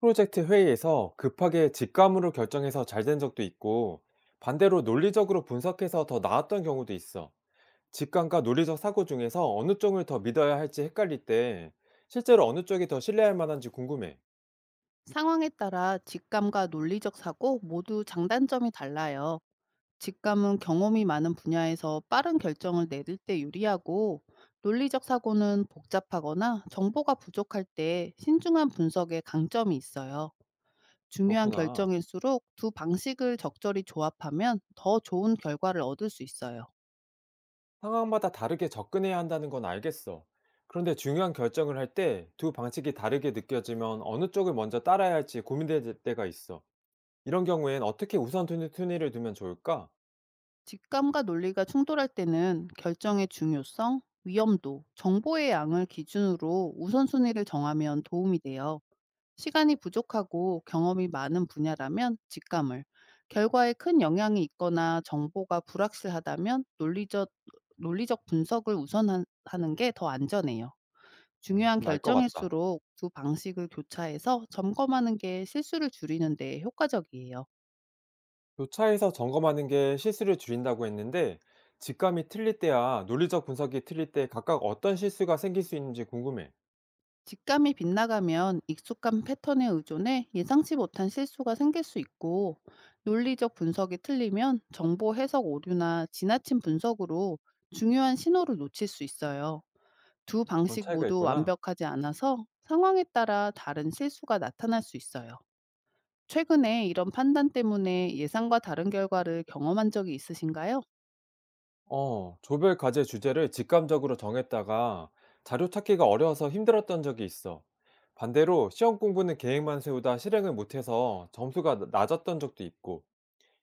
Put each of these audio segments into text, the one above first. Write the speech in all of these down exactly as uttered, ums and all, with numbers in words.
프로젝트 회의에서 급하게 직감으로 결정해서 잘 된 적도 있고, 반대로 논리적으로 분석해서 더 나았던 경우도 있어. 직감과 논리적 사고 중에서 어느 쪽을 더 믿어야 할지 헷갈릴 때, 실제로 어느 쪽이 더 신뢰할 만한지 궁금해. 상황에 따라 직감과 논리적 사고 모두 장단점이 달라요. 직감은 경험이 많은 분야에서 빠른 결정을 내릴 때 유리하고, 논리적 사고는 복잡하거나 정보가 부족할 때 신중한 분석에 강점이 있어요. 중요한 그렇구나. 결정일수록 두 방식을 적절히 조합하면 더 좋은 결과를 얻을 수 있어요. 상황마다 다르게 접근해야 한다는 건 알겠어. 그런데 중요한 결정을 할 때 두 방식이 다르게 느껴지면 어느 쪽을 먼저 따라야 할지 고민될 때가 있어. 이런 경우엔 어떻게 우선 순위를 두면 좋을까? 직감과 논리가 충돌할 때는 결정의 중요성, 위험도, 정보의 양을 기준으로 우선순위를 정하면 도움이 돼요. 시간이 부족하고 경험이 많은 분야라면 직감을, 결과에 큰 영향이 있거나 정보가 불확실하다면 논리적, 논리적 분석을 우선하는 게 더 안전해요. 중요한 좀 알 것 같다. 결정일수록 두 방식을 교차해서 점검하는 게 실수를 줄이는 데 효과적이에요. 교차해서 점검하는 게 실수를 줄인다고 했는데 직감이 틀릴 때야 논리적 분석이 틀릴 때 각각 어떤 실수가 생길 수 있는지 궁금해. 직감이 빗나가면 익숙한 패턴에 의존해 예상치 못한 실수가 생길 수 있고 논리적 분석이 틀리면 정보 해석 오류나 지나친 분석으로 중요한 신호를 놓칠 수 있어요. 두 그런 방식 차이가 모두 있구나. 완벽하지 않아서 상황에 따라 다른 실수가 나타날 수 있어요. 최근에 이런 판단 때문에 예상과 다른 결과를 경험한 적이 있으신가요? 어, 조별 과제 주제를 직감적으로 정했다가 자료 찾기가 어려워서 힘들었던 적이 있어. 반대로 시험 공부는 계획만 세우다 실행을 못해서 점수가 나- 낮았던 적도 있고.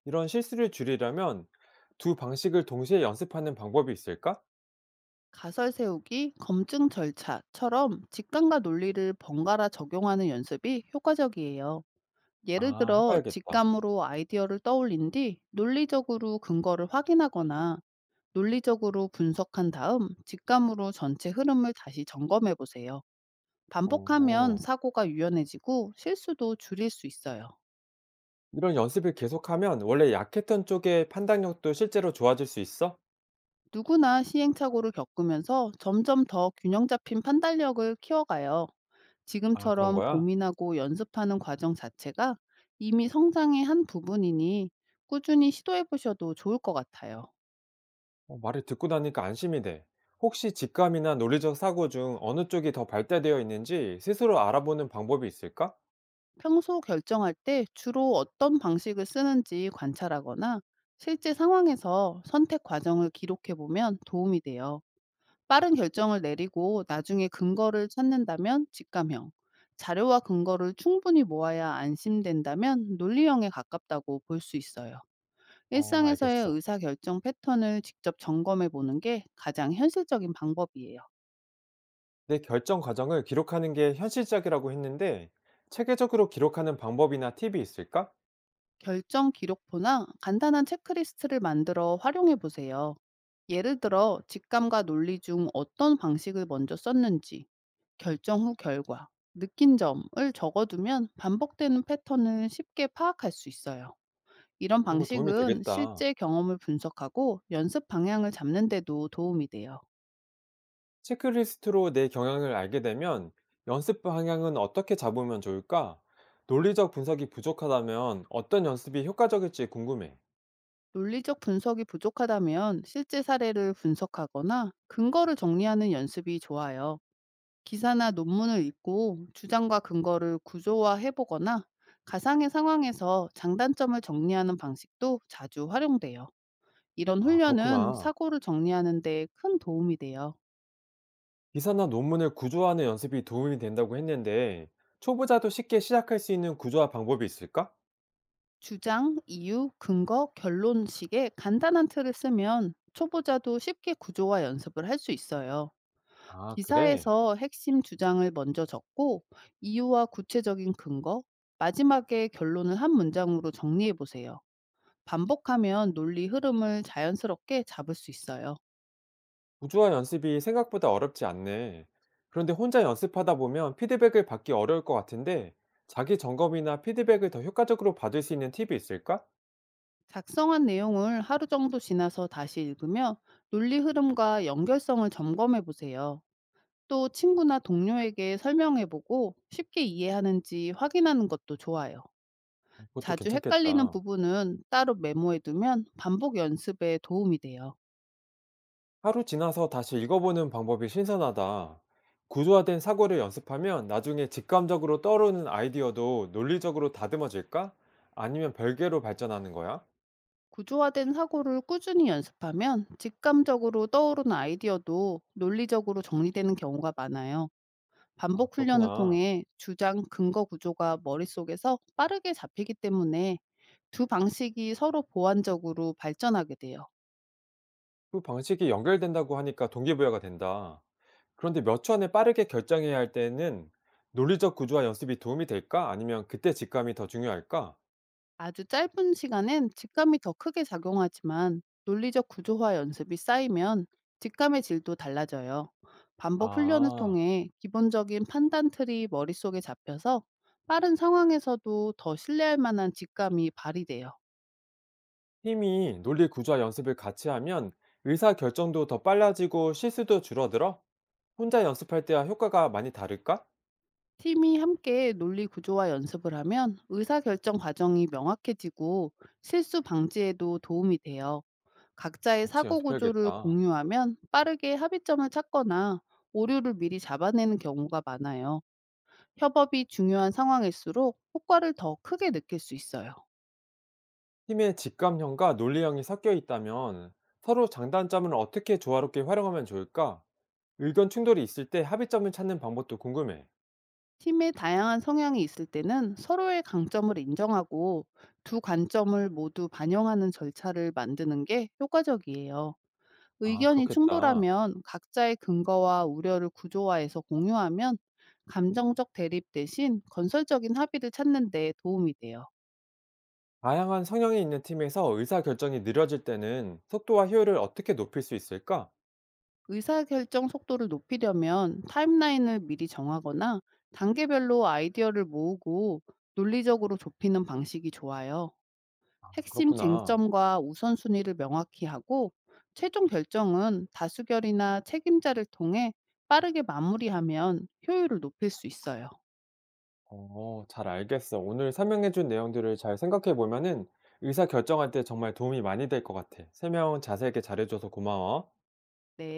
이런 실수를 줄이려면 두 방식을 동시에 연습하는 방법이 있을까? 가설 세우기, 검증 절차처럼 직감과 논리를 번갈아 적용하는 연습이 효과적이에요. 예를 아, 들어, 해봐야겠다. 직감으로 아이디어를 떠올린 뒤 논리적으로 근거를 확인하거나 논리적으로 분석한 다음 직감으로 전체 흐름을 다시 점검해 보세요. 반복하면 어. 사고가 유연해지고 실수도 줄일 수 있어요. 이런 연습을 계속하면 원래 약했던 쪽의 판단력도 실제로 좋아질 수 있어? 누구나 시행착오를 겪으면서 점점 더 균형 잡힌 판단력을 키워가요. 아, 그런 지금처럼 거야? 고민하고 연습하는 과정 자체가 이미 성장의 한 부분이니 꾸준히 시도해 보셔도 좋을 것 같아요. 어, 말을 듣고 나니까 안심이 돼. 혹시 직감이나 논리적 사고 중 어느 쪽이 더 발달되어 있는지 스스로 알아보는 방법이 있을까? 평소 결정할 때 주로 어떤 방식을 쓰는지 관찰하거나 실제 상황에서 선택 과정을 기록해 보면 도움이 돼요. 빠른 결정을 내리고 나중에 근거를 찾는다면 직감형, 자료와 근거를 충분히 모아야 안심된다면 논리형에 가깝다고 볼 수 있어요. 어, 일상에서의 알겠어. 의사결정 패턴을 직접 점검해 보는 게 가장 현실적인 방법이에요. 내 결정 과정을 기록하는 게 현실적이라고 했는데, 체계적으로 기록하는 방법이나 팁이 있을까? 결정 기록부나 간단한 체크리스트를 만들어 활용해 보세요. 예를 들어, 직감과 논리 중 어떤 방식을 먼저 썼는지, 결정 후 결과, 느낀 점을 적어두면 반복되는 패턴을 쉽게 파악할 수 있어요. 이런 그런 거 도움이 방식은 되겠다. 실제 경험을 분석하고 연습 방향을 잡는 데도 도움이 돼요. 체크리스트로 내 경향을 알게 되면 연습 방향은 어떻게 잡으면 좋을까? 논리적 분석이 부족하다면 어떤 연습이 효과적일지 궁금해. 논리적 분석이 부족하다면 실제 사례를 분석하거나 근거를 정리하는 연습이 좋아요. 기사나 논문을 읽고 주장과 근거를 구조화해 보거나 가상의 상황에서 장단점을 정리하는 방식도 자주 활용돼요. 이런 아, 훈련은 그렇구나. 사고를 정리하는 데 큰 도움이 돼요. 기사나 논문을 구조하는 연습이 도움이 된다고 했는데 초보자도 쉽게 시작할 수 있는 구조화 방법이 있을까? 주장, 이유, 근거, 결론식의 간단한 틀을 쓰면 초보자도 쉽게 구조화 연습을 할 수 있어요. 아, 그래. 기사에서 핵심 주장을 먼저 적고 이유와 구체적인 근거, 마지막에 결론을 한 문장으로 정리해 보세요. 반복하면 논리 흐름을 자연스럽게 잡을 수 있어요. 구조화 연습이 생각보다 어렵지 않네. 그런데 혼자 연습하다 보면 피드백을 받기 어려울 것 같은데 자기 점검이나 피드백을 더 효과적으로 받을 수 있는 팁이 있을까? 작성한 내용을 하루 정도 지나서 다시 읽으며 논리 흐름과 연결성을 점검해 보세요. 또 친구나 동료에게 설명해 보고 쉽게 이해하는지 확인하는 것도 좋아요. 어, 그것도 자주 헷갈리는 괜찮겠다. 부분은 따로 메모해 두면 반복 연습에 도움이 돼요. 하루 지나서 다시 읽어보는 방법이 신선하다. 구조화된 사고를 연습하면 나중에 직감적으로 떠오르는 아이디어도 논리적으로 다듬어질까? 아니면 별개로 발전하는 거야? 구조화된 사고를 꾸준히 연습하면 직감적으로 떠오르는 아이디어도 논리적으로 정리되는 경우가 많아요. 아, 반복 훈련을 그렇구나. 통해 주장 근거 구조가 머릿속에서 빠르게 잡히기 때문에 두 방식이 서로 보완적으로 발전하게 돼요. 그 방식이 연결된다고 하니까 동기부여가 된다. 그런데 몇 초 안에 빠르게 결정해야 할 때는 논리적 구조화 연습이 도움이 될까? 아니면 그때 직감이 더 중요할까? 아주 짧은 시간엔 직감이 더 크게 작용하지만 논리적 구조화 연습이 쌓이면 직감의 질도 달라져요. 반복 훈련을 아, 통해 기본적인 판단 틀이 머릿속에 잡혀서 빠른 상황에서도 더 신뢰할 만한 직감이 발휘돼요. 팀이 논리 구조화 연습을 같이 하면 의사 결정도 더 빨라지고 실수도 줄어들어? 혼자 연습할 때와 효과가 많이 다를까? 팀이 함께 논리 구조와 연습을 하면 의사결정 과정이 명확해지고 실수 방지에도 도움이 돼요. 각자의 같이 사고 구조를 연습해야겠다. 공유하면 빠르게 합의점을 찾거나 오류를 미리 잡아내는 경우가 많아요. 협업이 중요한 상황일수록 효과를 더 크게 느낄 수 있어요. 팀의 직감형과 논리형이 섞여 있다면 서로 장단점을 어떻게 조화롭게 활용하면 좋을까? 의견 충돌이 있을 때 합의점을 찾는 방법도 궁금해. 팀의 다양한 성향이 있을 때는 서로의 강점을 인정하고 두 관점을 모두 반영하는 절차를 만드는 게 효과적이에요. 아, 의견이 그렇겠다. 충돌하면 각자의 근거와 우려를 구조화해서 공유하면 감정적 대립 대신 건설적인 합의를 찾는 데 도움이 돼요. 다양한 성향이 있는 팀에서 의사결정이 느려질 때는 속도와 효율을 어떻게 높일 수 있을까? 의사결정 속도를 높이려면 타임라인을 미리 정하거나 단계별로 아이디어를 모으고 논리적으로 좁히는 방식이 좋아요. 핵심 그렇구나. 쟁점과 우선순위를 명확히 하고 최종 결정은 다수결이나 책임자를 통해 빠르게 마무리하면 효율을 높일 수 있어요. 어, 잘 알겠어. 오늘 설명해준 내용들을 잘 생각해보면은 의사결정할 때 정말 도움이 많이 될 것 같아. 설명 자세하게 잘해줘서 고마워. 네.